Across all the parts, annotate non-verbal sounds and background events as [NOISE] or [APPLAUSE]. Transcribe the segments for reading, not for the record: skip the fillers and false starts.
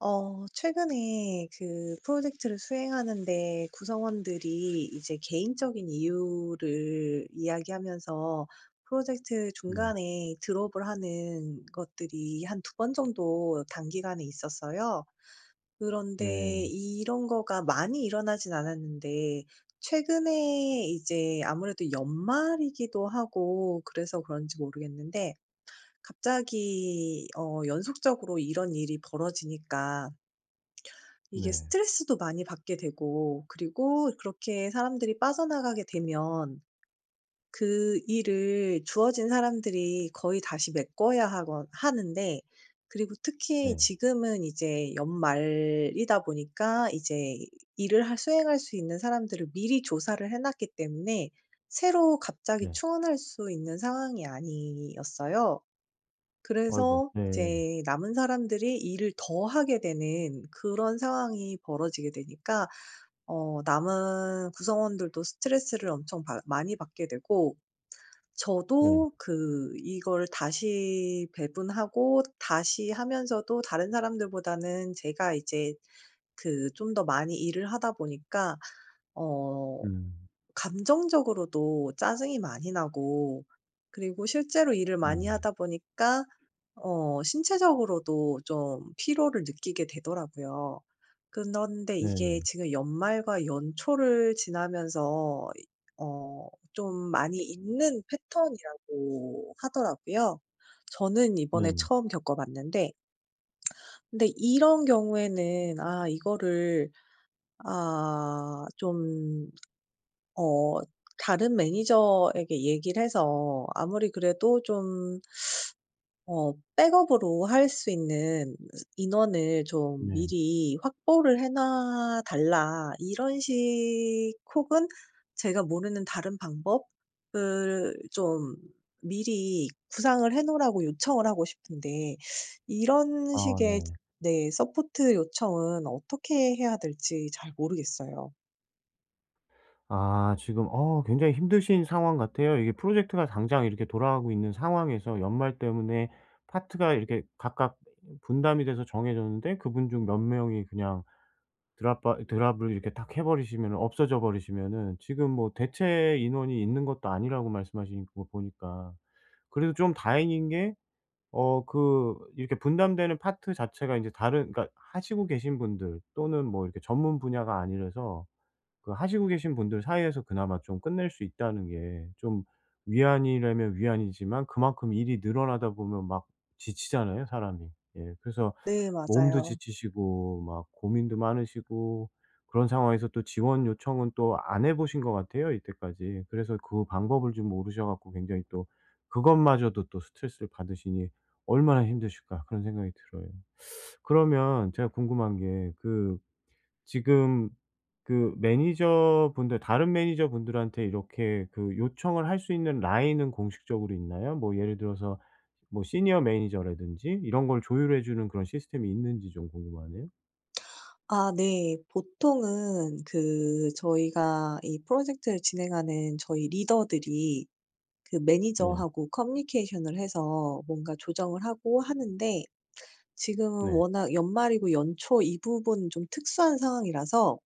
최근에 그 프로젝트를 수행하는데 구성원들이 이제 개인적인 이유를 이야기하면서 프로젝트 네. 중간에 드롭을 하는 것들이 한 두 번 정도 단기간에 있었어요. 그런데 네. 이런 거가 많이 일어나진 않았는데, 최근에 이제 아무래도 연말이기도 하고 그래서 그런지 모르겠는데 갑자기 연속적으로 이런 일이 벌어지니까 이게 네. 스트레스도 많이 받게 되고, 그리고 그렇게 사람들이 빠져나가게 되면 그 일을 주어진 사람들이 거의 다시 메꿔야 하곤 하는데, 그리고 특히 네. 지금은 이제 연말이다 보니까 이제 일을 할 수행할 수 있는 사람들을 미리 조사를 해 놨기 때문에 새로 갑자기 네. 충원할 수 있는 상황이 아니었어요. 아이고. 그래서 네. 이제 남은 사람들이 일을 더 하게 되는 그런 상황이 벌어지게 되니까 남은 구성원들도 스트레스를 엄청 받 많이 받게 되고, 네. 저도 그 이걸 다시 배분하고 다시 하면서도 다른 사람들보다는 제가 이제 그 좀 더 많이 일을 하다 보니까 어 음. 감정적으로도 짜증이 많이 나고, 그리고 실제로 일을 많이 음. 하다 보니까 신체적으로도 좀 피로를 느끼게 되더라고요. 그런데 이게 네네. 지금 연말과 연초를 지나면서 어 좀 많이 있는 패턴이라고 하더라고요. 저는 이번에 네네. 처음 겪어 봤는데, 근데 이런 경우에는 이거를 아 좀 어 다른 매니저에게 얘기를 해서 아무리 그래도 좀 백업으로 할 수 있는 인원을 좀 네. 미리 확보를 해놔 달라, 이런 식, 혹은 제가 모르는 다른 방법을 좀 미리 구상을 해 놓으라고 요청을 하고 싶은데, 이런 아 식의, 네. 네, 서포트 요청은 어떻게 해야 될지 잘 모르겠어요. 아 지금 굉장히 힘드신 상황 같아요. 이게 프로젝트가 당장 이렇게 돌아가고 있는 상황에서 연말 때문에 파트가 이렇게 각각 분담이 돼서 정해졌는데 그분 중 몇 명이 그냥 드랍바 드랍을 이렇게 딱 해 버리시면은 없어져 버리시면은 지금 뭐 대체 인원이 있는 것도 아니라고 말씀하시는 거 보니까 그래도 좀 다행인 게 그 이렇게 분담되는 파트 자체가 이제 다른 그러니까 하시고 계신 분들 또는 뭐 이렇게 전문 분야가 아니라서 그 하시고 계신 분들 사이에서 그나마 좀 끝낼 수 있다는 게 좀 위안이라면 위안이지만 그만큼 일이 늘어나다 보면 막 지치잖아요, 사람이. 예. 그래서 네, 몸도 맞아요. 지치시고 막 고민도 많으시고 그런 상황에서 또 지원 요청은 또 안 해 보신 것 같아요 이때까지. 그래서 그 방법을 좀 모르셔 갖고 굉장히 또 그것마저도 또 스트레스를 받으시니 '얼마나 힘드실까.' 그런 생각이 들어요. 그러면 제가 궁금한 게그 지금 그 매니저분들 다른 매니저분들한테 이렇게 그 요청을 할 수 있는 라인은 공식적으로 있나요? 뭐 예를 들어서 뭐 시니어 매니저라든지 이런 걸 조율해 주는 그런 시스템이 있는지 좀 궁금하네요. 아, 네. 보통은 그 저희가 이 프로젝트를 진행하는 저희 리더들이 그 네. 매니저하고 커뮤니케이션을 해서 뭔가 조정을 하고 하는데, 지금은 네. 워낙 연말이고 연초 이 부분은 좀 특수한 상황이라서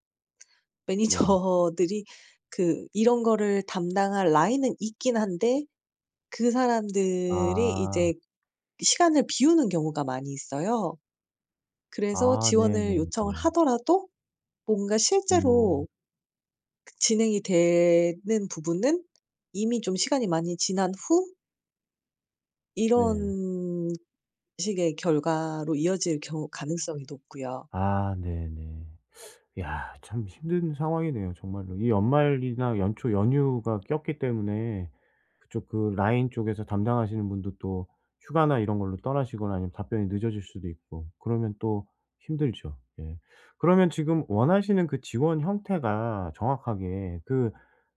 [LAUGHS] 네. 매니저들이 그 이런 거를 담당할 라인은 있긴 한데 그 사람들이 아. 이제 시간을 비우는 경우가 많이 있어요. 그래서 아 지원을 네네네. 요청을 하더라도 뭔가 음. 실제로 그 진행이 되는 부분은 이미 좀 시간이 많이 지난 후 네. 이런 식의 결과로 이어질 경우 가능성이 높고요. 아 네네. 야 참 힘든 상황이네요 정말로. 이 연말이나 연초 연휴가 꼈기 때문에 그쪽 그 라인 쪽에서 담당하시는 분도 또 휴가나 이런 걸로 떠나시거나 아니면 답변이 늦어질 수도 있고 그러면 또 힘들죠. 예. 그러면 지금 원하시는 그 지원 형태가 정확하게 그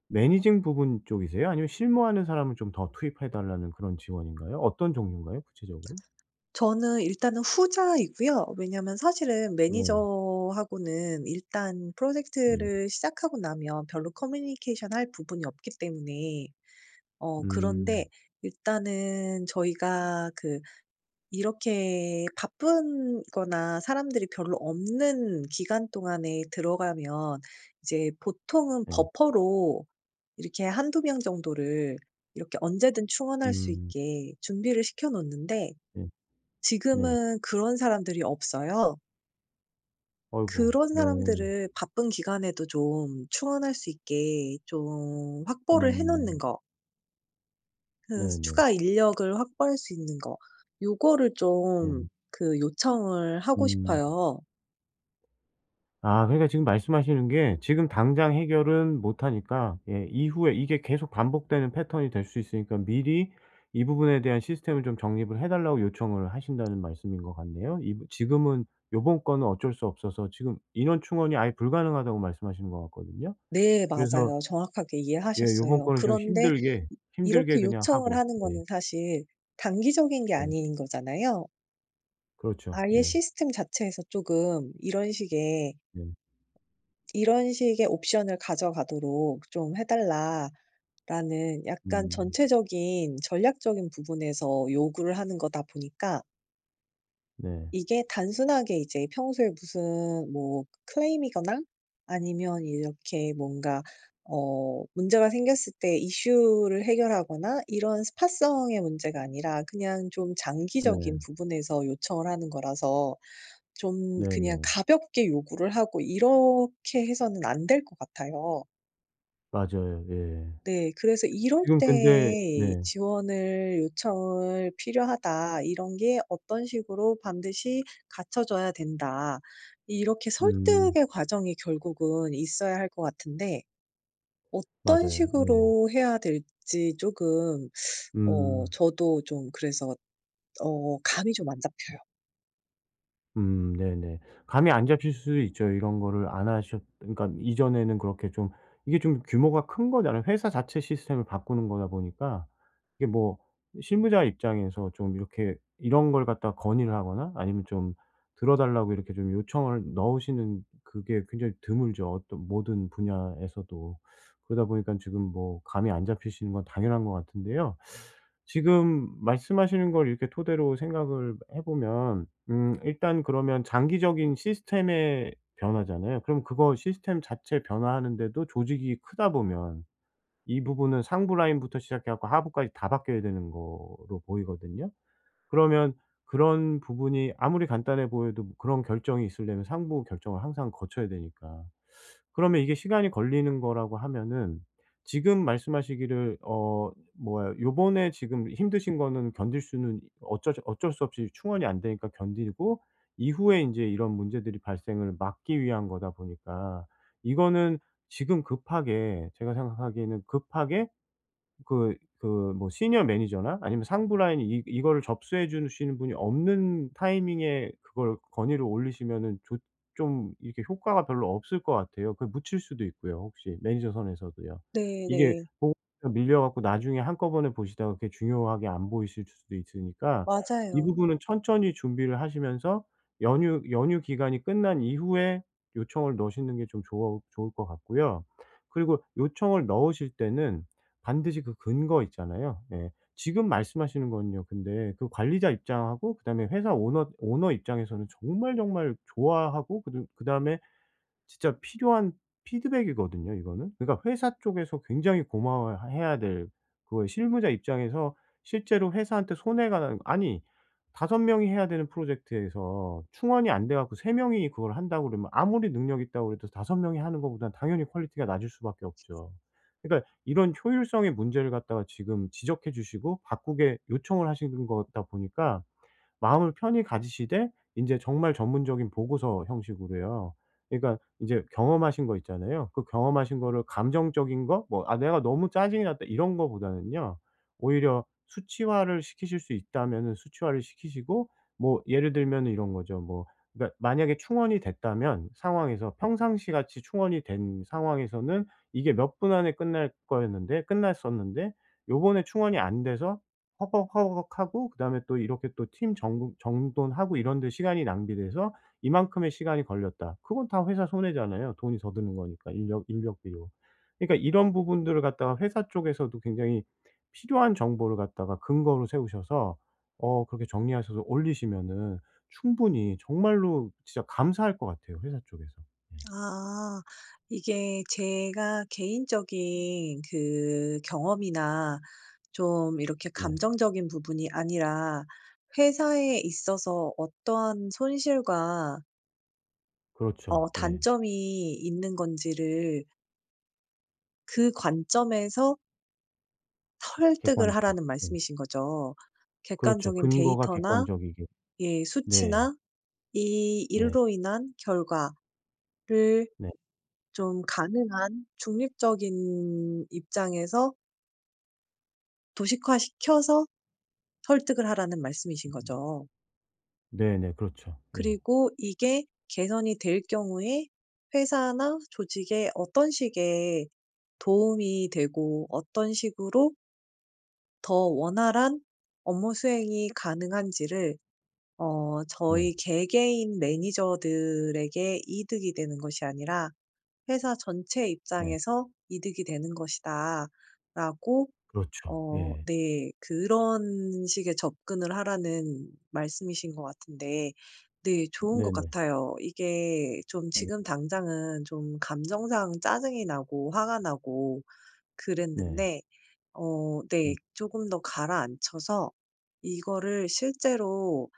매니징 부분 쪽이세요? 아니면 실무하는 사람을 좀 더 투입해 달라는 그런 지원인가요? 어떤 종류인가요 구체적으로? 저는 일단은 후자이고요. 왜냐하면 사실은 네. 매니저하고는 일단 네. 프로젝트를 시작하고 나면 별로 커뮤니케이션 할 부분이 없기 때문에, 음. 그런데 일단은 저희가 그 이렇게 바쁜 거나 사람들이 별로 없는 기간 동안에 들어가면 이제 보통은 네. 버퍼로 이렇게 한두 명 정도를 이렇게 언제든 충원할 수 음. 있게 준비를 시켜 놓는데 네. 네. 지금은 그런 사람들이 없어요. 아이고. 그런 네. 사람들을 바쁜 기간에도 좀 충원할 수 있게 좀 확보를 해 놓는 음. 거, 그 네네. 추가 인력을 확보할 수 있는 거, 요거를 좀 네. 그 요청을 하고 음. 싶어요. 아 그러니까 지금 말씀하시는 게 지금 당장 해결은 못 하니까 예 이후에 이게 계속 반복되는 패턴이 될 수 있으니까 미리 이 부분에 대한 시스템을 좀 정립을 해 달라고 요청을 하신다는 말씀인 것 같네요. 이 지금은 요번 건은 어쩔 수 없어서 지금 인원 충원이 아예 불가능하다고 말씀하시는 것 같거든요. 네, 그래서 맞아요. 정확하게 예 요번 이해하셨어요. 거는 좀 그런데 네. 힘들게 이렇게 그냥 요청을 하고 하는 예. 거는 사실 단기적인 게 예. 아닌 거잖아요. 그렇죠. 아예 예. 시스템 자체에서 조금 네. "이런 식의 옵션을 가져가도록 좀 해 달라."라는 약간 음. 전체적인 전략적인 부분에서 요구를 하는 거다 보니까, 네. 이게 단순하게 이제 평소에 무슨 뭐 클레임이거나 아니면 이렇게 뭔가 문제가 생겼을 때 이슈를 해결하거나 이런 스팟성의 문제가 아니라 그냥 좀 장기적인 네. 부분에서 요청을 하는 거라서 좀 그냥 네네. 가볍게 요구를 하고 이렇게 해서는 안 될 것 같아요. 맞아요. 예. 네. 그래서 이럴 지금 근데 때 네. 지원을 요청을 필요하다, 이런 게 어떤 식으로 반드시 갖춰 줘야 된다, 이렇게 음. 설득의 과정이 결국은 있어야 할 것 같은데, 어떤 맞아요. 예. 식으로 해야 될지 조금, 음. 저도 좀 그래서 감이 좀 안 잡혀요. 네네. 감이 안 잡힐 수 있죠. 이런 거를 안 하셨 그러니까 이전에는 그렇게 좀 이게 좀 규모가 큰 거잖아요. 회사 자체 시스템을 바꾸는 거다 보니까 이게 뭐 실무자 입장에서 좀 이렇게 이런 걸 갖다가 건의를 하거나 아니면 좀 들어 달라고 이렇게 좀 요청을 넣으시는 그게 굉장히 드물죠, 어떤 모든 분야에서도. 그러다 보니까 지금 뭐 감이 안 잡히시는 건 당연한 것 같은데요. 지금 말씀하시는 걸 이렇게 토대로 생각을 해 보면 일단 그러면 장기적인 시스템의 변화잖아요. 그럼 그거 시스템 자체 변화하는데도 조직이 크다 보면 이 부분은 상부 라인부터 시작해 갖고 하부까지 다 바뀌어야 되는 거로 보이거든요. 그러면 그런 부분이 아무리 간단해 보여도 그런 결정이 있으려면 상부 결정을 항상 거쳐야 되니까. 그러면 이게 시간이 걸리는 거라고 하면은 지금 말씀하시기를 뭐야 요번에 지금 힘드신 거는 견딜 수는 어쩔 수 없이 충원이 안 되니까 견디고 이후에 인제 이런 문제들이 발생을 막기 위한 거다 보니까 이거는 지금 급하게 제가 생각하기에는 급하게 그 뭐 시니어 매니저나 아니면 상부 라인이 이 이거를 접수해 주시는 분이 없는 타이밍에 그걸 건의를 올리시면은 좋 좀 이렇게 효과가 별로 없을 것 같아요. 그 묻힐 수도 있고요 혹시 매니저 선에서도요. 이게 네네. 보고서 밀려 갖고 나중에 한꺼번에 보시다가 그게 중요하게 안 보이실 수도 있으니까 이 맞아요. 부분은 천천히 준비를 하시면서 연휴 기간이 끝난 이후에 요청을 넣으시는 게 좀 좋아 좋을 것 같고요. 그리고 요청을 넣으실 때는 반드시 그 근거 있잖아요. 예. 지금 말씀하시는 건요 근데 그 관리자 입장하고 그다음에 회사 오너 입장에서는 정말 정말 좋아하고 그다음에 진짜 필요한 피드백이거든요 이거는. 그러니까 회사 쪽에서 굉장히 고마워해야 될 그거예요. 실무자 입장에서 실제로 회사한테 손해가 나는 아니 5 명이 해야 되는 프로젝트에서 충원이 안 돼 갖고 3 명이 그걸 한다고 그러면 아무리 능력 있다고 그래도 5 명이 하는 것보다는 당연히 퀄리티가 낮을 수밖에 없죠. 그러니까 이런 효율성의 문제를 갖다가 지금 지적해 주시고 바꾸게 요청을 하시는 거다 보니까 마음을 편히 가지시되 인제 정말 전문적인 보고서 형식으로요. 그러니까 인제 경험하신 거 있잖아요. 그 경험하신 거를 감정적인 거 뭐 '아 내가 너무 짜증이 났다.' 이런 거보다는요. 오히려 수치화를 시키실 수 있다면은 수치화를 시키시고 뭐 예를 들면은 이런 거죠. 뭐 그러니까 만약에 충원이 됐다면 상황에서 평상시 같이 충원이 된 상황에서는 이게 몇 분 안에 끝날 거였는데 끝났었는데 요번에 충원이 안 돼서 허걱허걱하고 그다음에 또 이렇게 또 팀 정돈하고 이런 데 시간이 낭비돼서 이만큼의 시간이 걸렸다. 그건 다 회사 손해잖아요. 돈이 더 드는 거니까 인력 비용 그러니까 이런 부분들을 갖다가 회사 쪽에서도 굉장히 필요한 정보를 갖다가 근거로 세우셔서 그렇게 정리하셔서 올리시면은 충분히 정말로 진짜 감사할 것 같아요, 회사 쪽에서. 예. 아 이게 제가 개인적인 그 경험이나 좀 이렇게 네. 감정적인 부분이 아니라 회사에 있어서 어떠한 손실과 그렇죠. 예. 단점이 있는 건지를 그 관점에서 설득을 객관적으로. 하라는 예. 말씀이신 거죠. 그렇죠. 객관적인 근거가 데이터나, 객관적이게. 예, 네. 수치나 이 네. 일로 인한 결과를 네. 좀 가능한 중립적인 입장에서 도식화시켜서 설득을 하라는 말씀이신 거죠. 네네. 그렇죠. 예. 그리고 이게 개선이 될 경우에 회사나 조직에 어떤 식의 도움이 되고 어떤 식으로 더 원활한 업무 수행이 가능한지를, 네. 저희 개개인 매니저들에게 이득이 되는 것이 아니라 회사 전체 네. 입장에서 이득이 되는 것이다라고, 그렇죠. 예. 네. 그런 식의 접근을 하라는 말씀이신 것 같은데, 네, 좋은 것 네네. 같아요. 이게 좀 네. 지금 당장은 좀 감정상 짜증이 나고 화가 나고 네. 그랬는데, 네, 음. 조금 더 가라앉혀서 이거를 실제로,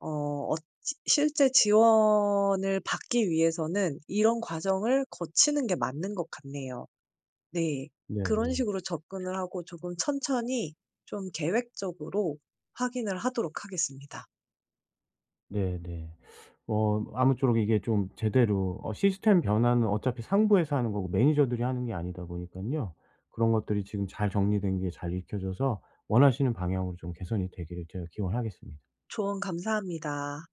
어 어 실제 지원을 받기 위해서는 이런 과정을 거치는 게 맞는 것 같네요. 네. 그런 네네. 식으로 접근을 하고 조금 천천히 좀 계획적으로 확인을 하도록 하겠습니다. 네네. 아무쪼록 이게 좀 제대로 시스템 변화는 어차피 상부에서 하는 거고 매니저들이 하는 게 아니다 보니깐요. 그런 것들이 지금 잘 정리된 게 잘 익혀져서 원하시는 방향으로 좀 개선이 되기를 제가 기원하겠습니다. 조언 감사합니다.